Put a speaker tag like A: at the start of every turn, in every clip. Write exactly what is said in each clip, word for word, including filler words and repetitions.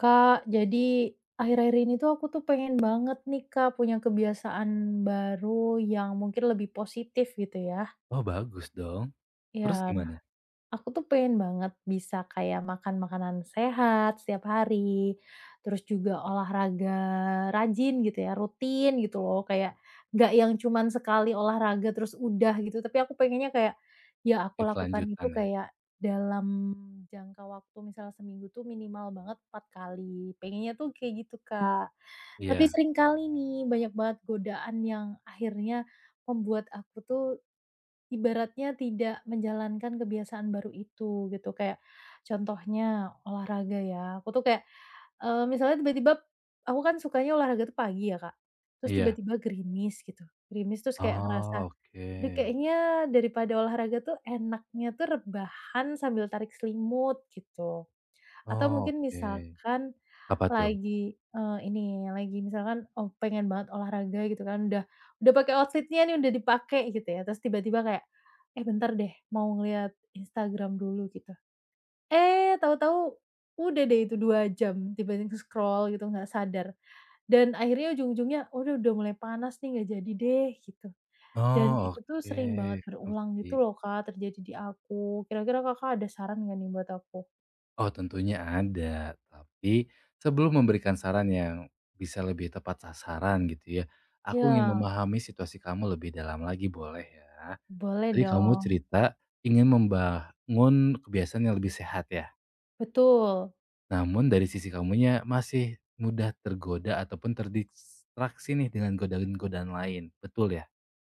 A: Kak, jadi akhir-akhir ini tuh aku tuh pengen banget nih Kak, punya kebiasaan baru yang mungkin lebih positif gitu ya.
B: Oh, bagus dong. Terus
A: Iya.
B: gimana?
A: Aku tuh pengen banget bisa kayak makan makanan sehat setiap hari, terus juga olahraga rajin gitu ya, rutin gitu loh, kayak nggak yang cuman sekali olahraga terus udah gitu, tapi aku pengennya kayak, ya aku lakukan itu
B: Berkelanjutan ya?
A: kayak dalam jangka waktu misalnya seminggu tuh minimal banget empat kali, pengennya tuh kayak gitu, Kak. Tapi
B: Iya,
A: sering kali nih banyak banget godaan yang akhirnya membuat aku tuh ibaratnya tidak menjalankan kebiasaan baru itu gitu, kayak contohnya olahraga ya, aku tuh kayak, eee, misalnya tiba-tiba aku kan sukanya olahraga tuh pagi ya, Kak, terus
B: iya.
A: tiba-tiba gerimis gitu, gerimis terus kayak ngerasa,
B: Oh,
A: "Aduh,
B: oke.
A: kayaknya daripada olahraga tuh enaknya tuh rebahan sambil tarik selimut," gitu. Atau
B: Oh,
A: mungkin
B: oke.
A: misalkan
B: Apa tuh?
A: lagi, eee, ini, lagi misalkan, oh, pengen banget olahraga gitu kan, udah udah pakai outfitnya nih, udah dipakai gitu ya, terus tiba-tiba kayak, "Eh, bentar deh, mau ngeliat Instagram dulu," gitu. Eh, tahu-tahu udah deh itu dua jam tiba-tiba scroll gitu, nggak sadar. Dan akhirnya ujung-ujungnya, "Aduh, udah mulai panas nih, nggak jadi deh," gitu. Dan
B: Oh,
A: itu tuh
B: oke.
A: sering banget berulang gitu
B: Ngerti.
A: loh, Kak, terjadi di aku. Kira-kira Kakak ada saran nggak nih buat aku?
B: Oh, tentunya ada. Tapi sebelum memberikan saran yang bisa lebih tepat sasaran gitu ya, aku ingin
A: Ya,
B: memahami situasi kamu lebih dalam lagi boleh ya?
A: boleh
B: Tadi kamu
A: dong.
B: cerita ingin membangun kebiasaan yang lebih sehat ya?
A: Betul.
B: Namun dari sisi kamunya masih mudah tergoda ataupun terdistraksi nih dengan godaan-godaan lain, betul ya?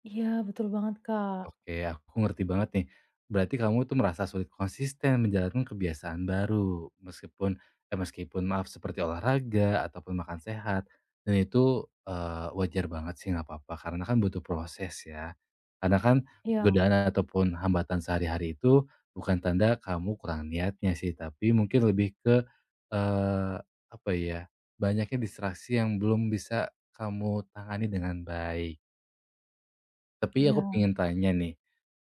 A: Iya, betul banget, Kak.
B: Oke, aku ngerti banget nih. Berarti kamu tuh merasa sulit konsisten menjalankan kebiasaan baru, meskipun eh, meskipun maaf seperti olahraga ataupun makan sehat. Dan itu eh, wajar banget sih nggak apa-apa, karena kan butuh proses ya. Karena kan
A: Iya,
B: godaan ataupun hambatan sehari-hari itu bukan tanda kamu kurang niatnya sih, tapi mungkin lebih ke Eee, apa ya, banyaknya distraksi yang belum bisa kamu tangani dengan baik. Tapi aku
A: iya.
B: pengen tanya nih,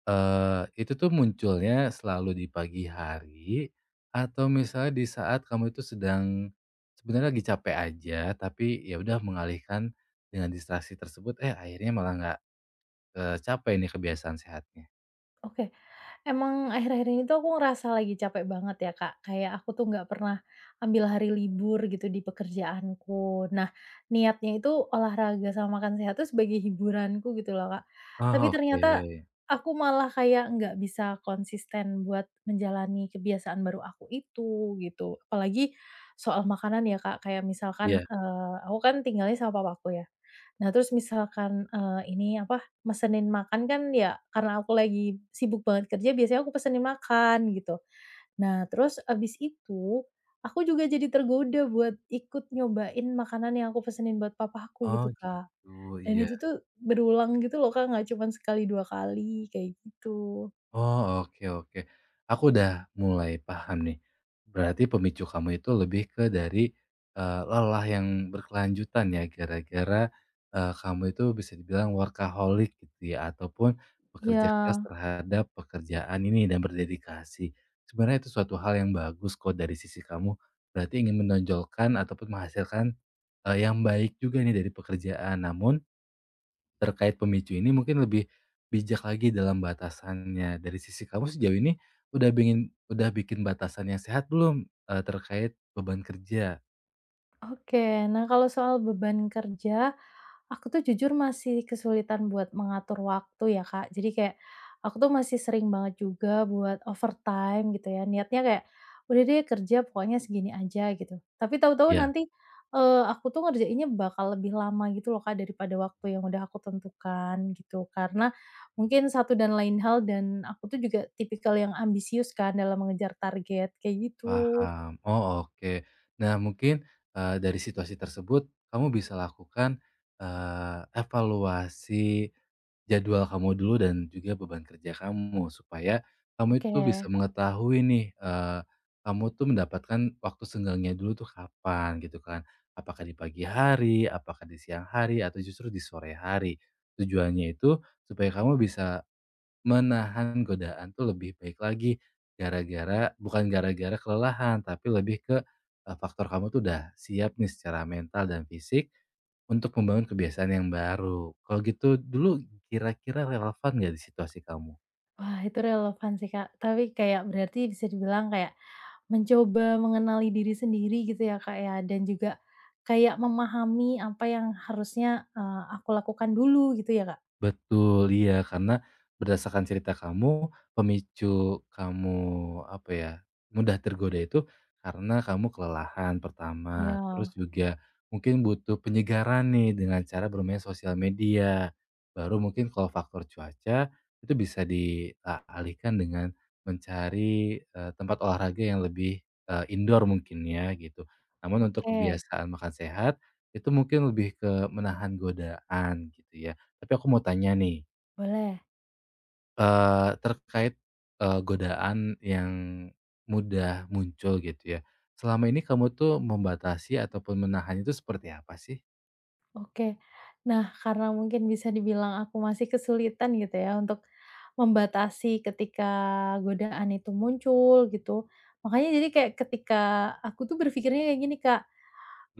B: eee, itu tuh munculnya selalu di pagi hari atau misalnya di saat kamu itu sedang sebenarnya lagi capek aja, tapi ya udah mengalihkan dengan distraksi tersebut, eh, akhirnya malah nggak, eee, capek nih kebiasaan sehatnya?
A: Oke. Emang akhir-akhir ini tuh aku ngerasa lagi capek banget ya, Kak. Kayak aku tuh nggak pernah ambil hari libur gitu di pekerjaanku. Nah, niatnya itu olahraga sama makan sehat tuh sebagai hiburanku gitu loh, Kak. Tapi
B: Oh,
A: ternyata
B: oke.
A: aku malah kayak nggak bisa konsisten buat menjalani kebiasaan baru aku itu gitu. Apalagi soal makanan ya, Kak. Kayak misalkan,
B: Iya.
A: eee, aku kan tinggalnya sama papaku ya. Nah, terus misalkan, eee, ini apa, mesenin makan kan ya karena aku lagi sibuk banget kerja biasanya aku pesenin makan gitu. Nah terus abis itu, aku juga jadi tergoda buat ikut nyobain makanan yang aku pesenin buat papaku
B: Oh,
A: gitu, Kak.
B: gitu,
A: Dan
B: iya.
A: itu tuh berulang gitu loh, Kak, nggak cuman sekali, dua kali kayak gitu.
B: Oh, oke, oke. Aku udah mulai paham nih. Berarti pemicu kamu itu lebih ke dari, eee, lelah yang berkelanjutan ya gara-gara, eee, kamu itu bisa dibilang workaholic gitu ya ataupun
A: Iya.
B: bekerja keras terhadap pekerjaan ini dan berdedikasi. Sebenarnya itu suatu hal yang bagus kok dari sisi kamu, berarti ingin menonjolkan ataupun menghasilkan, eee, yang baik juga nih dari pekerjaan. Namun terkait pemicu ini mungkin lebih bijak lagi dalam batasannya. Dari sisi kamu sejauh ini udah bingin udah bikin batasan yang sehat belum, eee, terkait beban kerja?
A: Oke, nah kalau soal beban kerja, aku tuh jujur masih kesulitan buat mengatur waktu ya, Kak. Jadi kayak aku tuh masih sering banget juga buat overtime gitu ya. Niatnya kayak udah deh kerja pokoknya segini aja gitu. Tapi tahu-tahu
B: Ya.
A: nanti eh, aku tuh ngerjainnya bakal lebih lama gitu loh, Kak, daripada waktu yang udah aku tentukan gitu. Karena mungkin satu dan lain hal dan aku tuh juga tipikal yang ambisius kan dalam mengejar target kayak gitu.
B: Paham, oh, oke. Nah mungkin, eee, dari situasi tersebut kamu bisa lakukan, eee, evaluasi jadwal kamu dulu dan juga beban kerja kamu, supaya kamu
A: Oke.
B: itu bisa mengetahui nih, eee, kamu tuh mendapatkan waktu senggangnya dulu tuh kapan gitu kan. Apakah di pagi hari, apakah di siang hari, atau justru di sore hari. Tujuannya itu supaya kamu bisa menahan godaan tuh lebih baik lagi, gara-gara bukan gara-gara kelelahan, tapi lebih ke, eee, faktor kamu tuh udah siap nih secara mental dan fisik untuk membangun kebiasaan yang baru. Kalau gitu dulu kira-kira relevan nggak di situasi kamu?
A: Wah, itu relevan sih, Kak. Tapi kayak berarti bisa dibilang kayak mencoba mengenali diri sendiri gitu ya, Kak, ya, dan juga kayak memahami apa yang harusnya, eee, aku lakukan dulu gitu ya, Kak?
B: Betul, iya. Karena berdasarkan cerita kamu, pemicu kamu, apa ya, mudah tergoda itu karena kamu kelelahan pertama, terus
A: Ya,
B: juga mungkin butuh penyegaran nih dengan cara bermain sosial media. Baru mungkin kalau faktor cuaca itu bisa dialihkan dengan mencari, eee, tempat olahraga yang lebih, eee, indoor mungkin ya, gitu. Namun untuk
A: oke,
B: kebiasaan makan sehat, itu mungkin lebih ke menahan godaan gitu ya. Tapi aku mau tanya nih,
A: boleh,
B: eee, terkait, eee, godaan yang mudah muncul gitu ya. Selama ini kamu tuh membatasi ataupun menahan itu seperti apa sih?
A: oke. Nah, karena mungkin bisa dibilang aku masih kesulitan gitu ya untuk membatasi ketika godaan itu muncul gitu, makanya jadi kayak ketika aku tuh berpikirnya kayak gini, Kak,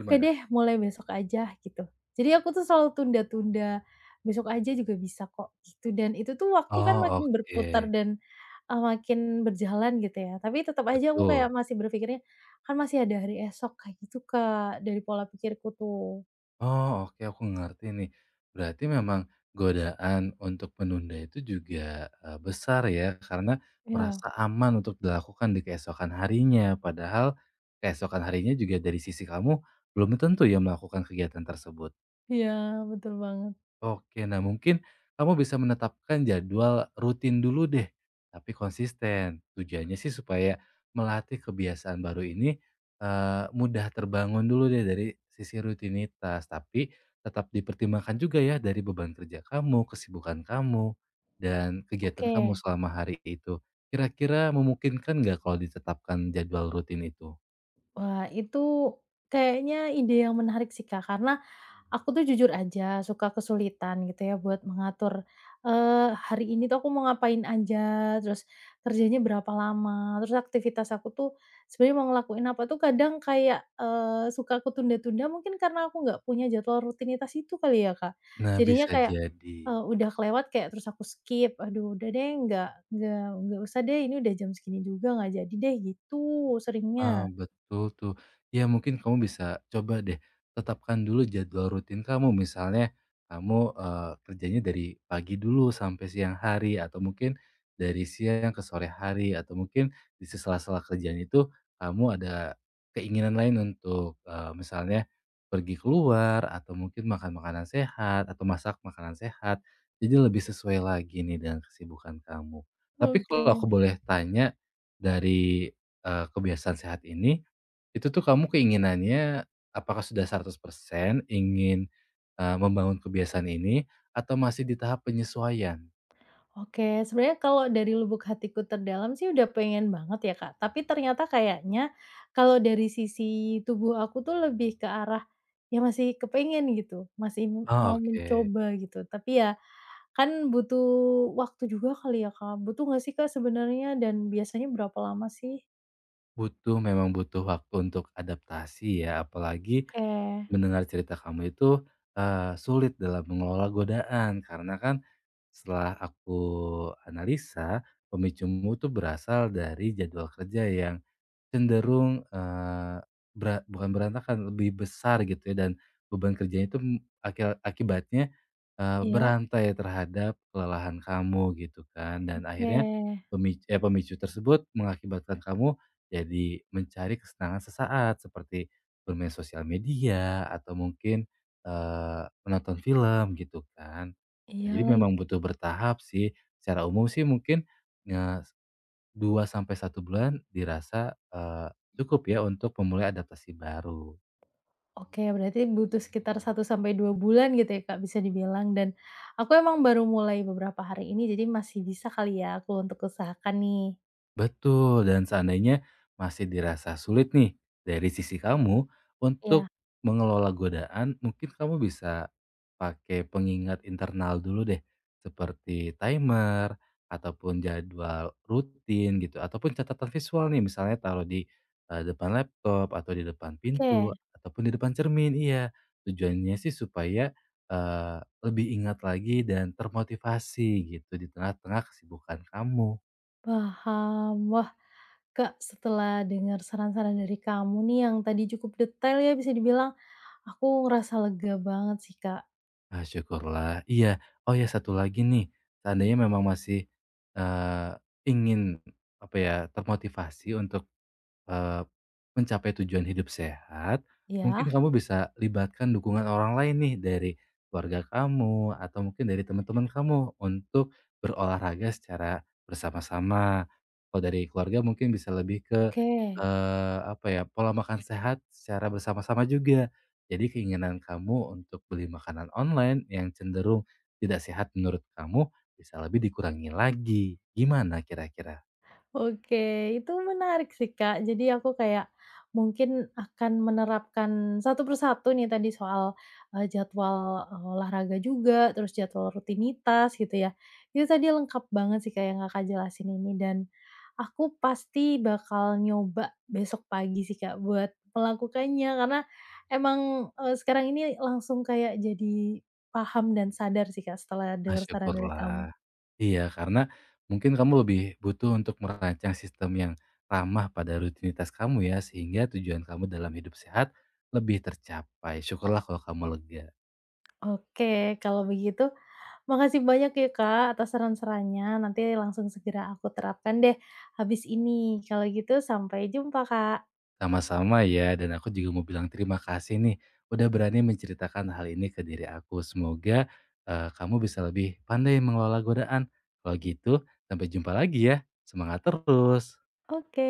A: oke deh mulai besok aja gitu. Jadi aku tuh selalu tunda-tunda, besok aja juga bisa kok gitu dan itu tuh waktu kan
B: Oh,
A: makin
B: oke,
A: berputar dan, eee, makin berjalan gitu ya tapi tetap aja aku kayak
B: betul.
A: masih berpikirnya, kan masih ada hari esok kayak gitu Kak dari pola pikirku tuh.
B: Oh, oke, aku ngerti nih. Berarti memang godaan untuk menunda itu juga, eee, besar ya karena
A: Iya,
B: merasa aman untuk dilakukan di keesokan harinya. Padahal keesokan harinya juga dari sisi kamu belum tentu ya melakukan kegiatan tersebut.
A: iya, betul banget.
B: Oke, nah mungkin kamu bisa menetapkan jadwal rutin dulu deh, tapi konsisten. Tujuannya sih supaya melatih kebiasaan baru ini eh, mudah terbangun dulu deh dari sisi rutinitas, tapi tetap dipertimbangkan juga ya dari beban kerja kamu, kesibukan kamu, dan kegiatan kamu
A: Oke.
B: selama hari itu. Kira-kira memungkinkan nggak kalau ditetapkan jadwal rutin itu?
A: Wah itu kayaknya ide yang menarik sih Kak karena, aku tuh jujur aja suka kesulitan gitu ya buat mengatur, eee, hari ini tuh aku mau ngapain aja, terus kerjanya berapa lama, terus aktivitas aku tuh sebenarnya mau ngelakuin apa tuh kadang kayak, eee, suka aku tunda-tunda mungkin karena aku nggak punya jadwal rutinitas itu kali ya, Kak.
B: Nah,
A: Jadinya
B: bisa
A: kayak,
B: jadi.
A: eee, udah kelewat kayak terus aku skip, aduh udah deh nggak nggak nggak usah deh ini udah jam segini juga nggak jadi deh gitu
B: Ah,
A: seringnya.
B: betul tuh. Ya mungkin kamu bisa coba deh tetapkan dulu jadwal rutin kamu. Misalnya kamu eh, kerjanya dari pagi dulu sampai siang hari atau mungkin dari siang ke sore hari atau mungkin di sela-sela kerjaan itu kamu ada keinginan lain untuk eh, misalnya pergi keluar atau mungkin makan makanan sehat atau masak makanan sehat. Jadi lebih sesuai lagi nih dengan kesibukan kamu. Tapi
A: Oke.
B: kalau aku boleh tanya dari Eee, kebiasaan sehat ini, itu tuh kamu keinginannya apakah sudah seratus persen ingin, eee, membangun kebiasaan ini atau masih di tahap penyesuaian?
A: Oke, sebenarnya kalau dari lubuk hatiku terdalam sih udah pengen banget ya, Kak. Tapi ternyata kayaknya kalau dari sisi tubuh aku tuh lebih ke arah, ya masih kepengen gitu, masih m-
B: Oh,
A: mau
B: oke.
A: mencoba gitu. Tapi ya kan butuh waktu juga kali ya, Kak. Butuh nggak sih, Kak, sebenarnya dan biasanya berapa lama sih?
B: Butuh, memang butuh waktu untuk adaptasi ya, apalagi
A: Oke,
B: mendengar cerita kamu itu, eee, sulit dalam mengelola godaan karena kan setelah aku analisa pemicumu tuh berasal dari jadwal kerja yang cenderung, eee, bera bukan berantakan, lebih besar gitu ya, dan beban kerjanya itu, mmm, aki akibatnya, eee,
A: iya,
B: berantai terhadap kelelahan kamu gitu kan, dan
A: oke.
B: akhirnya pemic eh, pemicu tersebut mengakibatkan kamu jadi mencari kesenangan sesaat seperti bermain sosial media atau mungkin, eee, menonton film gitu kan. Nah,
A: Iya
B: jadi
A: lagi.
B: memang butuh bertahap sih, secara umum sih mungkin, eh, dua sampai satu bulan dirasa, eee, cukup ya untuk memulai adaptasi baru.
A: Oke, berarti butuh sekitar satu sampai dua bulan gitu ya, Kak, bisa dibilang dan aku emang baru mulai beberapa hari ini, jadi masih bisa kali ya aku untuk usahakan nih.
B: Betul, dan seandainya masih dirasa sulit nih dari sisi kamu untuk
A: Ya,
B: mengelola godaan, mungkin kamu bisa pakai pengingat internal dulu deh, seperti timer ataupun jadwal rutin gitu, ataupun catatan visual nih, misalnya taruh di eh, depan laptop atau di depan
A: oke,
B: pintu ataupun di depan cermin. Iya, tujuannya sih supaya eh, lebih ingat lagi dan termotivasi gitu di tengah-tengah kesibukan kamu.
A: paham. Wah, Kak, setelah dengar saran-saran dari kamu nih yang tadi cukup detail ya bisa dibilang, aku ngerasa lega banget sih, Kak.
B: Ah, syukurlah. Iya. Oh ya, satu lagi nih, seandainya memang masih, eee, ingin, apa ya, termotivasi untuk Eee, mencapai tujuan hidup sehat,
A: Ya,
B: mungkin, ya, kamu bisa libatkan dukungan orang lain nih dari keluarga kamu atau mungkin dari teman-teman kamu untuk berolahraga secara bersama-sama. Kalau dari keluarga mungkin bisa lebih ke,
A: oke.
B: eee, apa ya, pola makan sehat secara bersama-sama juga. Jadi keinginan kamu untuk beli makanan online yang cenderung tidak sehat menurut kamu bisa lebih dikurangi lagi. Gimana kira-kira?
A: Oke, itu menarik sih, Kak. Jadi aku kayak mungkin akan menerapkan satu persatu nih tadi soal, eee, jadwal, eee, olahraga juga, terus jadwal rutinitas gitu ya. Itu tadi lengkap banget sih kayak yang Kakak jelasin ini dan aku pasti bakal nyoba besok pagi sih Kak buat melakukannya karena emang, eee, sekarang ini langsung kayak jadi paham dan sadar sih Kak setelah
B: Ah,
A: dengar saran dari kamu.
B: syukurlah. Iya, karena mungkin kamu lebih butuh untuk merancang sistem yang ramah pada rutinitas kamu ya, sehingga tujuan kamu dalam hidup sehat lebih tercapai. Syukurlah kalau kamu lega.
A: Oke, kalau begitu makasih banyak ya Kak atas saran-sarannya, nanti langsung segera aku terapkan deh habis ini. Kalau gitu sampai jumpa Kak.
B: Sama-sama ya, dan aku juga mau bilang terima kasih nih, udah berani menceritakan hal ini ke diri aku. Semoga eh, kamu bisa lebih pandai mengelola godaan. Kalau gitu, sampai jumpa lagi ya. Semangat terus.
A: Oke.